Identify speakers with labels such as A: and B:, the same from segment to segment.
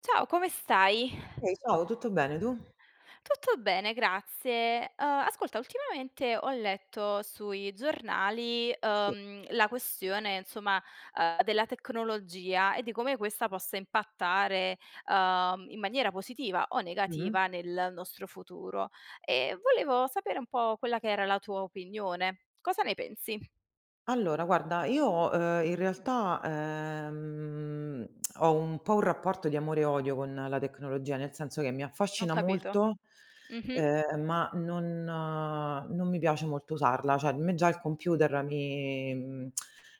A: Ciao, come stai?
B: Ehi, ciao, tutto bene, tu?
A: Tutto bene, grazie. Ascolta, ultimamente ho letto sui giornali,
B: Sì.
A: la questione, insomma, della tecnologia e di come questa possa impattare, in maniera positiva o
B: Mh-mh.
A: negativa nel nostro futuro. E volevo sapere un po' quella che era la tua opinione. Cosa ne pensi?
B: Allora guarda, io, in realtà, ho un po' un rapporto di amore e odio con la tecnologia, nel senso che mi
A: Ho
B: affascina
A: capito.
B: molto,
A: Mh-mh.
B: ma non mi piace molto usarla, cioè a me già il computer mi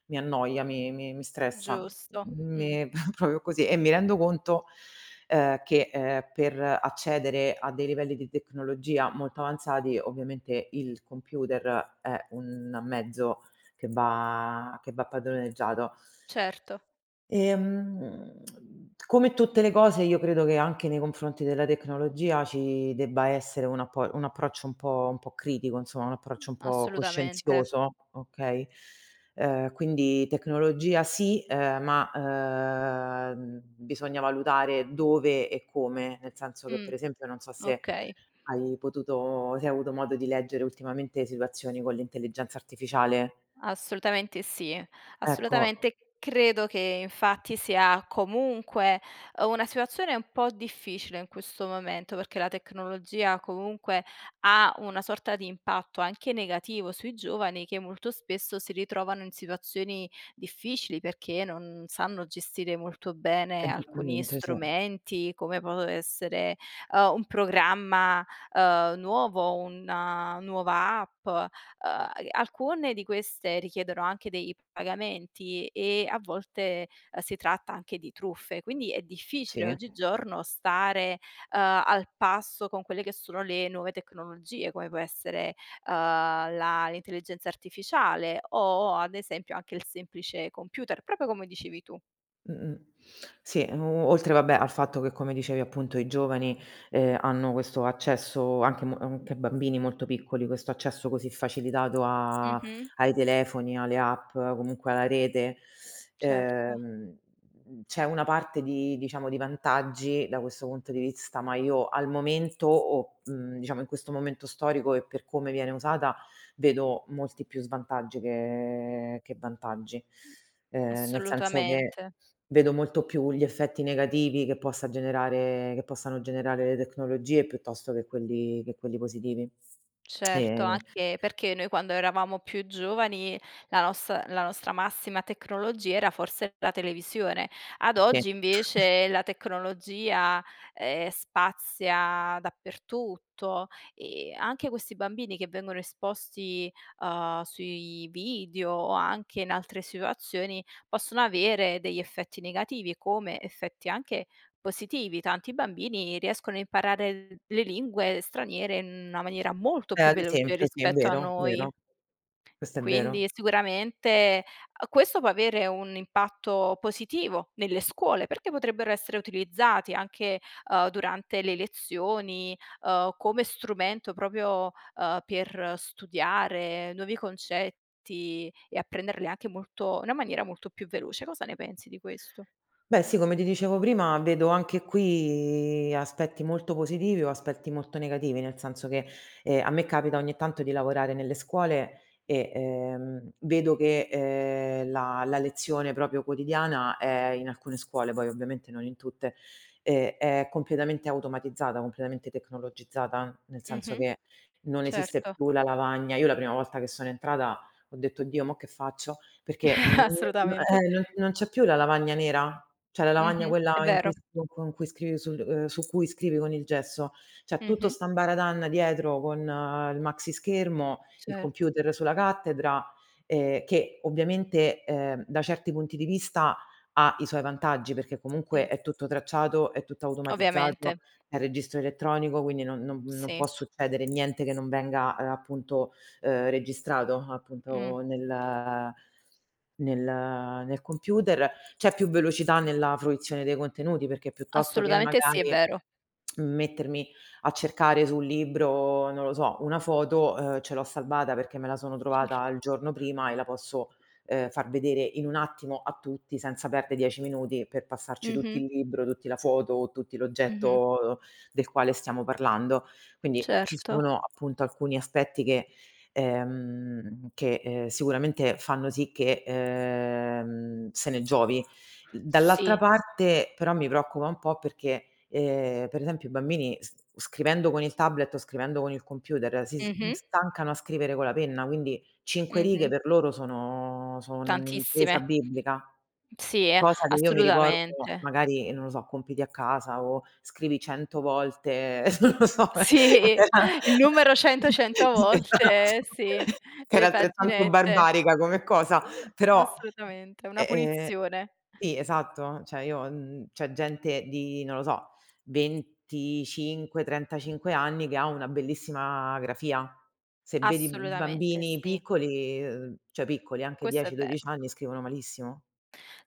B: mi annoia, mi stressa,
A: Giusto. Mh.
B: mi proprio così, e mi rendo conto, che, per accedere a dei livelli di tecnologia molto avanzati, ovviamente il computer è un mezzo che va padroneggiato.
A: Certo.
B: Ehm, come tutte le cose io credo che anche nei confronti della tecnologia ci debba essere un approccio un po' critico, insomma, un approccio un po'
A: Assolutamente.
B: coscienzioso, okay? Quindi tecnologia sì, ma, bisogna valutare dove e come, nel senso che per
A: Mh.
B: esempio non so se
A: Okay,
B: hai potuto se hai avuto modo di leggere ultimamente situazioni con l'intelligenza artificiale.
A: assolutamente sì.
B: Ecco.
A: Assolutamente credo che infatti sia comunque, una situazione un po' difficile in questo momento, perché la tecnologia comunque ha una sorta di impatto anche negativo sui giovani che molto spesso si ritrovano in situazioni difficili perché non sanno gestire molto bene alcuni
B: Esattamente, sì.
A: strumenti, come può essere, un programma, nuovo, una nuova app. Alcune di queste richiedono anche dei pagamenti e a volte, si tratta anche di truffe, quindi è difficile
B: Sì.
A: oggigiorno stare, al passo con quelle che sono le nuove tecnologie, come può essere, la l'intelligenza artificiale o ad esempio anche il semplice computer, proprio come dicevi tu.
B: Mh-mh. Sì, o oltre vabbè al fatto che come dicevi appunto i giovani, hanno questo accesso anche bambini molto piccoli, questo accesso così facilitato a
A: Mh-mh,
B: ai telefoni, alle app, comunque alla rete,
A: certo.
B: ehm, c'è una parte di diciamo di vantaggi da questo punto di vista, ma io al momento diciamo in questo momento storico e per come viene usata, vedo molti più svantaggi che vantaggi. Nel senso che
A: Assolutamente.
B: vedo molto più gli effetti negativi che possano generare le tecnologie piuttosto che quelli positivi.
A: Certo,
B: Ehm,
A: anche perché noi quando eravamo più giovani la nostra massima tecnologia era forse la televisione. Ad
B: sì.
A: oggi invece la tecnologia, spazia dappertutto e anche questi bambini che vengono esposti, sui video o anche in altre situazioni possono avere degli effetti negativi, come effetti anche positivi. Tanti bambini riescono a imparare le lingue straniere in una maniera molto
B: Eh,
A: più
B: ad
A: veloce
B: esempio sì, è
A: rispetto a
B: vero,
A: noi.
B: vero. Questo è vero.
A: Quindi sicuramente a questo può avere un impatto positivo nelle scuole, perché potrebbero essere utilizzati anche, durante le lezioni, come strumento proprio, per studiare nuovi concetti e apprenderli anche molto in una maniera molto più veloce. Cosa ne pensi di questo?
B: Beh sì, come ti dicevo prima, vedo anche qui aspetti molto positivi o aspetti molto negativi, nel senso che, a me capita ogni tanto di lavorare nelle scuole e, vedo che, la lezione proprio quotidiana è in alcune scuole, poi ovviamente non in tutte, è completamente automatizzata, completamente tecnologizzata, nel senso
A: Mh-mh,
B: che non esiste
A: certo.
B: più la lavagna. Io la prima volta che sono entrata ho detto: "Oddio, mo che faccio?" Perché,
A: Assolutamente.
B: non c'è più la lavagna nera, cioè la lavagna
A: Mh-mh,
B: quella
A: è
B: in cui
A: vero.
B: s con cui scrivi sul su cui scrivi con il gesso. C'è tutto
A: Mh-mh.
B: 'sta ambaradanna dietro con il maxischermo, il
A: Certo.
B: computer sulla cattedra, che ovviamente, da certi punti di vista ha i suoi vantaggi, perché comunque
A: Mh.
B: è tutto tracciato, è tutto automatizzato,
A: Ovviamente,
B: è registro elettronico, quindi non può
A: sì.
B: succedere niente che non venga, appunto, registrato
A: Mh.
B: appunto nel nel nel computer. C'è più velocità nella fruizione dei contenuti, perché piuttosto che
A: Assolutamente sì, è
B: magari
A: vero.
B: mettermi a cercare sul libro, non lo so, una foto, ce l'ho
A: Mh,
B: salvata perché me la sono trovata
A: certo.
B: il giorno prima e la posso, far vedere in un attimo a tutti senza perde 10 minuti per passarci tutti
A: Mh-mh,
B: il libro, tutti la foto o tutti
A: mh-mh.
B: l'oggetto del quale stiamo parlando. Quindi ci
A: Certo.
B: sono appunto alcuni aspetti che sicuramente fanno sì che, se ne giovi. Dall'altra
A: Sì.
B: parte però mi preoccupa un po' perché, per esempio i bambini s scrivendo con il tablet o scrivendo con il computer
A: Mh-mh,
B: stancano a scrivere con la penna, quindi 5 righe
A: mh-mh.
B: per loro sono
A: Tantissime.
B: un'impresa biblica.
A: Sì,
B: Cosa che io mi ricordo
A: assolutamente.
B: magari, non lo so, compiti a casa o scrivi 100 volte, non lo so, che
A: Sì,
B: era,
A: il numero 100, 100 volte,
B: esatto,
A: sì,
B: che era
A: le
B: altrettanto
A: paginette.
B: barbarica come cosa, però
A: Assolutamente, una
B: e ehm
A: punizione.
B: sì, esatto. Cioè io c'è gente di, non lo so, 25, 35 anni che ha una bellissima grafia. Se vedi b
A: Assolutamente
B: bambini
A: sì,
B: piccoli, cioè piccoli, anche
A: questo è
B: 10, 12
A: vero.
B: anni, scrivono malissimo.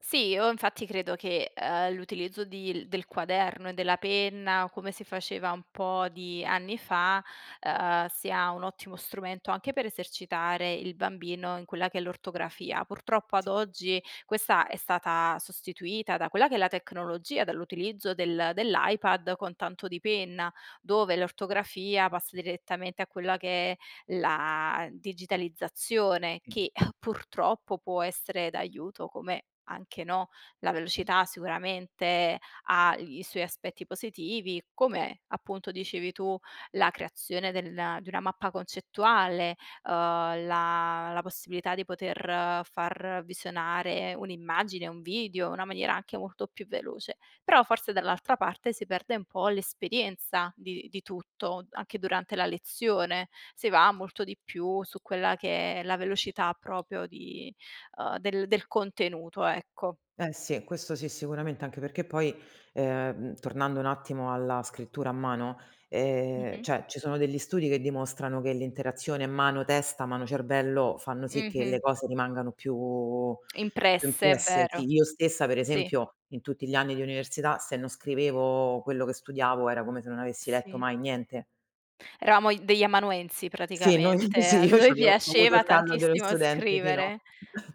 A: Sì, io infatti credo che, l'utilizzo di del quaderno e della penna, come si faceva un po' di anni fa, sia un ottimo strumento anche per esercitare il bambino in quella che è l'ortografia. Purtroppo ad
B: Sì.
A: oggi questa è stata sostituita da quella che è la tecnologia, dall'utilizzo dell'iPad con tanto di penna, dove l'ortografia passa direttamente a quella che è la digitalizzazione, che purtroppo può essere d'aiuto, come anche no. La velocità sicuramente ha i suoi aspetti positivi, come appunto dicevi tu, la creazione del di una mappa concettuale, uhm, la possibilità di poter far visionare un'immagine, un video, in una maniera anche molto più veloce. Però forse dall'altra parte si perde un po' l'esperienza di tutto, anche durante la lezione. Si va molto di più su quella che è la velocità proprio di del del contenuto, ecco.
B: Eh sì, questo sì sicuramente, anche perché poi, tornando un attimo alla scrittura a mano,
A: Mh-mh.
B: cioè ci sono degli studi che dimostrano che l'interazione mano-testa, mano-cervello fanno sì che le
A: Mh-mh.
B: cose rimangano più
A: Impresse, è
B: impresse. Sì,
A: vero.
B: io stessa per
A: Sì,
B: esempio in tutti gli anni di università se non scrivevo quello che studiavo era come se non avessi letto
A: sì.
B: mai niente.
A: Eravamo i degli amanuensi
B: Sì, noi
A: praticamente.
B: sì,
A: A
B: io
A: noi
B: c'avevo ho avuto
A: piaceva
B: il callo dello
A: tantissimo
B: studente fino
A: scrivere.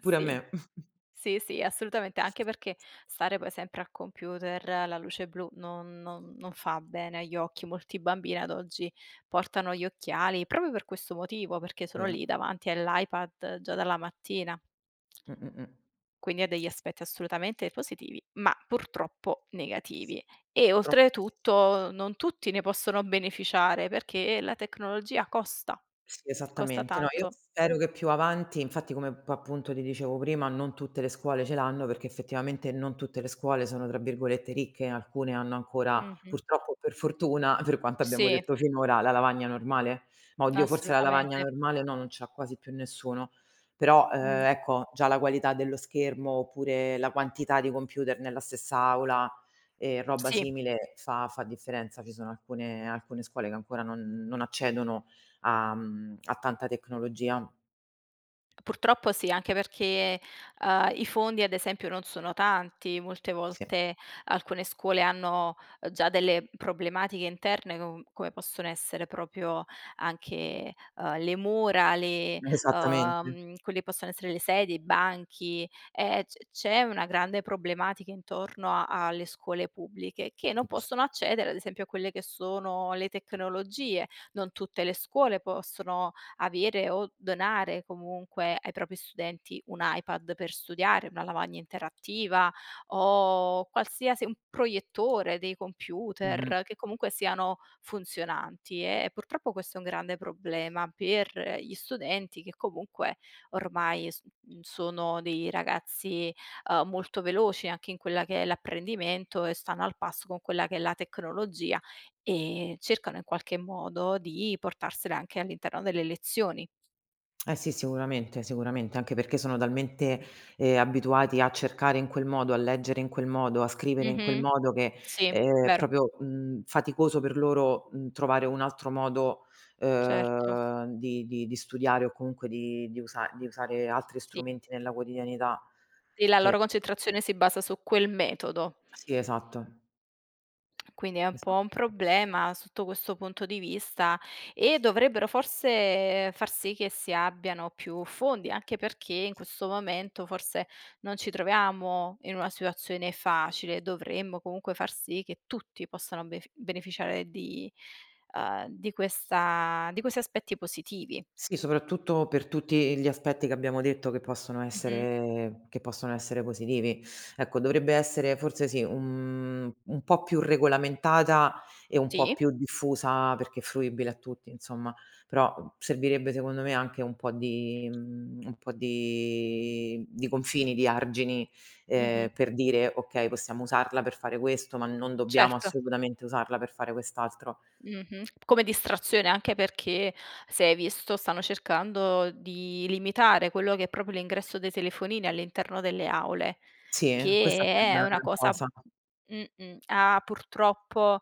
B: pure a me.
A: Sì, sì, assolutamente, anche perché stare poi sempre al computer, la luce blu non fa bene agli occhi. Molti bambini ad oggi portano gli occhiali proprio per questo motivo, perché sono
B: Vero.
A: lì davanti all'iPad già dalla mattina.
B: Mh, mh, mh.
A: Quindi ha degli aspetti assolutamente positivi, ma purtroppo
B: Sì.
A: negativi. E
B: Troppo.
A: oltretutto non tutti ne possono beneficiare, perché la tecnologia costa,
B: Sì,
A: costa
B: esattamente. No, io
A: tanto.
B: spero che più avanti infatti come p appunto ti dicevo prima, non tutte le scuole ce l'hanno perché effettivamente non tutte le scuole sono, tra virgolette, "ricche", alcune hanno ancora
A: Mh-mh.
B: purtroppo o per fortuna, per quanto abbiamo
A: Sì,
B: detto finora, la lavagna normale. Ma oddio, forse la lavagna
A: assolutamente.
B: normale no, non ce l'ha quasi più nessuno. Però,
A: Mh.
B: ecco, già la qualità dello schermo oppure la quantità di computer nella stessa aula e roba
A: Sì.
B: simile fa differenza. Ci sono alcune scuole che ancora non accedono a tanta tecnologia.
A: Purtroppo sì, anche perché, i fondi ad esempio non sono tanti, molte
B: Sì,
A: volte alcune scuole hanno già delle problematiche interne come possono essere proprio anche, le mura, le
B: esattamente.
A: quelle che possono essere le sedie, i banchi, c'è una grande problematica intorno a alle scuole pubbliche che non possono accedere ad esempio a quelle che sono le tecnologie. Non tutte le scuole possono avere o donare comunque ai propri studenti un iPad per studiare, una lavagna interattiva o qualsiasi un proiettore, dei
B: Mh-mh.
A: computer che comunque siano funzionanti e purtroppo questo è un grande problema per gli studenti che comunque ormai sono dei ragazzi, molto veloci anche in quella che è l'apprendimento e stanno al passo con quella che è la tecnologia e cercano in qualche modo di portarsele anche all'interno delle lezioni.
B: Eh sì, sicuramente, sicuramente, anche perché sono talmente, abituati a cercare in quel modo, a leggere in quel modo, a scrivere in quel
A: Mh-mh.
B: modo che
A: Sì,
B: è
A: vero,
B: proprio, faticoso per loro, trovare un altro modo,
A: certo.
B: di di studiare o comunque di usa di usare altri
A: Sì,
B: strumenti nella quotidianità
A: sì, la
B: che
A: loro concentrazione si basa su quel metodo.
B: sì, esatto,
A: Quindi è un po'
B: esa
A: un problema sotto questo punto di vista e dovrebbero forse far sì che si abbiano più fondi, anche perché in questo momento forse non ci troviamo in una situazione facile, dovremmo comunque far sì che tutti possano beneficiare di questi aspetti positivi.
B: Sì, soprattutto per tutti gli aspetti che abbiamo detto
A: Mhm.
B: che possono essere positivi. Ecco, dovrebbe essere forse sì, un po' più regolamentata e un po'
A: Sì,
B: più diffusa perché fruibile a tutti insomma, però servirebbe secondo me anche un po' di un po' di confini, di argini,
A: mhm,
B: per dire: "Okay, possiamo usarla per fare questo, ma non dobbiamo
A: certo.
B: assolutamente usarla per fare quest'altro."
A: Mh-mh. Come distrazione, anche perché se hai visto stanno cercando di limitare quello che è proprio l'ingresso dei telefonini all'interno delle aule,
B: Sì, questa
A: che
B: sarebbe
A: è
B: una
A: una
B: gran
A: cosa
B: cosa.
A: mh-mh, ha purtroppo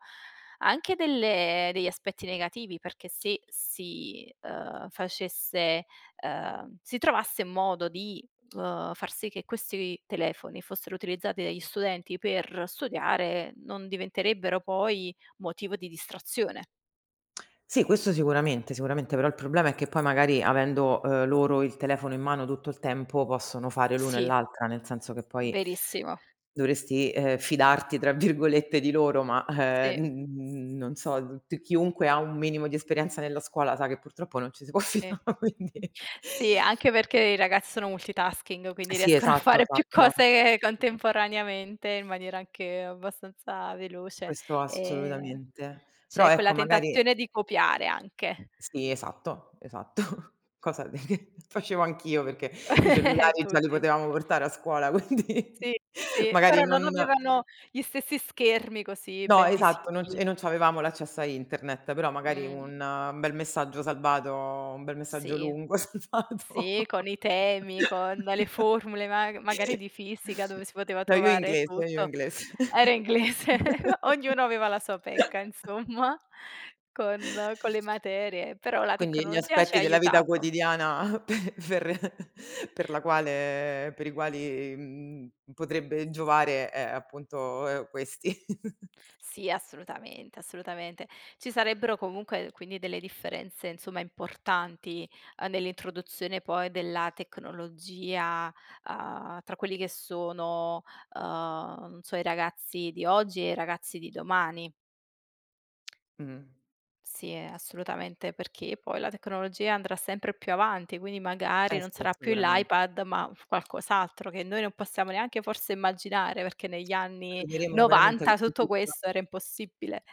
A: anche delle degli aspetti negativi, perché se si, facesse si trovasse modo di, far sì che questi telefoni fossero utilizzati dagli studenti per studiare, non diventerebbero poi motivo di distrazione.
B: Sì, questo sicuramente, sicuramente, però il problema è che poi magari avendo, loro il telefono in mano tutto il tempo possono fare l'uno e
A: Sì,
B: l'altra, nel senso che poi
A: verissimo.
B: dovresti, "fidarti" tra virgolette di loro, ma,
A: Sì,
B: n non so, t chiunque ha un minimo di esperienza nella scuola sa che purtroppo non ci si può
A: sì.
B: fidare, quindi.
A: Mh. Sì, anche perché i ragazzi sono multitasking, quindi
B: Sì,
A: riescono a
B: esatto,
A: fare più
B: esatto.
A: cose contemporaneamente in maniera anche abbastanza veloce.
B: Questo
A: Ehm,
B: assolutamente. Però
A: c'è quella
B: ecco magari.
A: tentazione di copiare anche
B: Sì, esatto, esatto. Cosa che facevo anch'io perché i cellulari già li
A: tutti.
B: potevamo portare a scuola, quindi
A: Sì, sì,
B: magari
A: però non
B: non,
A: avevano gli stessi schermi così
B: no,
A: ben
B: esatto, non c
A: visibili.
B: e non c'avevamo l'accesso a internet, però magari
A: Mh,
B: un bel messaggio salvato, un bel messaggio
A: sì.
B: lungo salvato.
A: Sì, con i temi, con le formule ma magari di fisica dove si poteva
B: No, io
A: trovare
B: inglese, io
A: tutto.
B: inglese.
A: Era inglese, ognuno aveva la sua pecca insomma con le materie, però la
B: Quindi gli
A: tecnologia ci ha
B: aspetti della vita
A: aiutato.
B: quotidiana pe per la quale per i quali, potrebbe giovare è appunto, questi.
A: Sì, assolutamente, assolutamente. Ci sarebbero comunque quindi delle differenze, insomma, importanti, nell'introduzione poi della tecnologia, tra quelli che sono, non so, i ragazzi di oggi e i ragazzi di domani.
B: Mh.
A: Sì, assolutamente, perché poi la tecnologia andrà sempre più avanti, quindi magari
B: Eh
A: non
B: sì,
A: sarà più
B: sicuramente.
A: l'iPad, ma f qualcos'altro che noi non possiamo neanche forse immaginare, perché negli anni
B: Arriveremo veramente con
A: '90
B: i
A: tutto
B: chip,
A: questo era impossibile.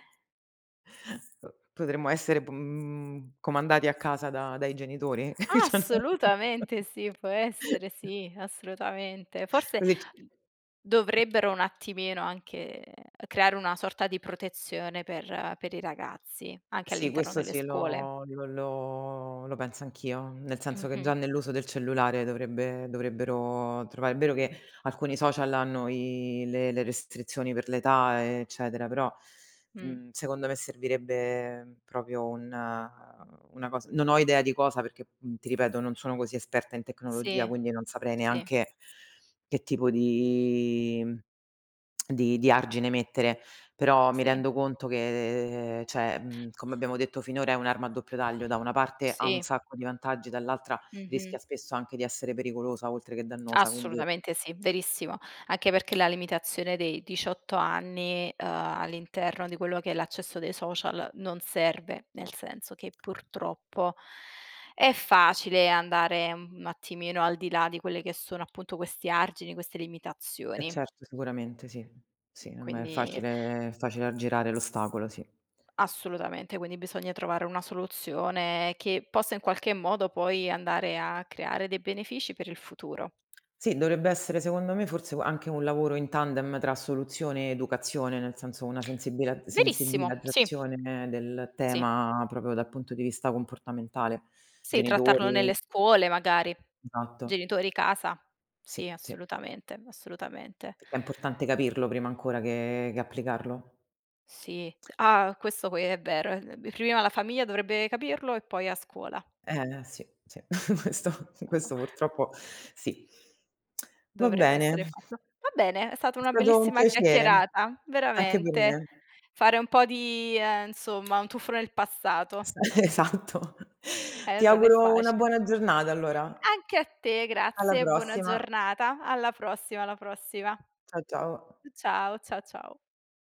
B: potremmo essere comandati a casa da dai genitori. Cioè no.
A: Assolutamente sì, può essere, sì, assolutamente. Forse
B: Così ci.
A: mhmm, dovrebbero un attimino anche creare una sorta di protezione per i ragazzi, anche
B: Sì,
A: all'interno
B: questo
A: delle
B: sì,
A: scuole.
B: lo penso anch'io, nel senso che
A: Mh-mh.
B: già nell'uso del cellulare dovrebbero trovare, è vero che alcuni social hanno i le restrizioni per l'età, eccetera, però,
A: Mh.
B: secondo me servirebbe proprio un una cosa, non ho idea di cosa, perché, ti ripeto, non sono così esperta in tecnologia,
A: Sì.
B: quindi non saprei
A: Sì,
B: neanche che tipo di di argine mettere, però mi
A: sì.
B: rendo conto che, come abbiamo detto finora è un'arma a doppio taglio, da una parte ha un
A: Sì.
B: sacco di vantaggi, dall'altra rischia
A: Mh-mh.
B: spesso anche di essere pericolosa oltre che dannosa, quindi
A: Assolutamente sì, verissimo. Anche perché la limitazione dei 18 anni, all'interno di quello che è l'accesso dei social non serve, nel senso che purtroppo è facile andare un attimino al di là di quelle che sono appunto questi argini, queste
B: eh
A: limitazioni.
B: certo, sicuramente sì. Sì, non è
A: Quindi
B: facile facile aggirare l'ostacolo, sì.
A: assolutamente, quindi bisogna trovare una soluzione che possa in qualche modo poi andare a creare dei benefici per il futuro.
B: Sì, dovrebbe essere secondo me forse anche un lavoro in tandem tra soluzione e educazione, nel senso una sensibila
A: Verissimo, sì,
B: sensibilizzazione del
A: sì.
B: tema proprio dal punto di vista comportamentale.
A: Sì, trattarlo
B: Genitori,
A: nelle scuole magari.
B: esatto.
A: Genitori casa. Sì,
B: Sì, sì,
A: assolutamente, assolutamente.
B: perché è importante capirlo prima ancora che applicarlo.
A: Sì. Ah, questo poi è vero. Prima la famiglia dovrebbe capirlo e poi a scuola.
B: Sì, sì, questo
A: No,
B: questo purtroppo sì. Va
A: dovrebbe
B: bene,
A: essere fatto. Va bene, è stata
B: è
A: una
B: stato un
A: bellissima
B: piacere
A: chiacchierata,
B: anche per
A: veramente.
B: me.
A: Fare un po' di insomma, un tuffo nel passato.
B: Es esatto. Ti
A: Non è
B: auguro una
A: facile.
B: buona giornata allora.
A: Anche a te,
B: Alla
A: grazie e buona
B: prossima.
A: giornata. Alla prossima, alla prossima.
B: Ciao, ciao.
A: Ciao, ciao, ciao.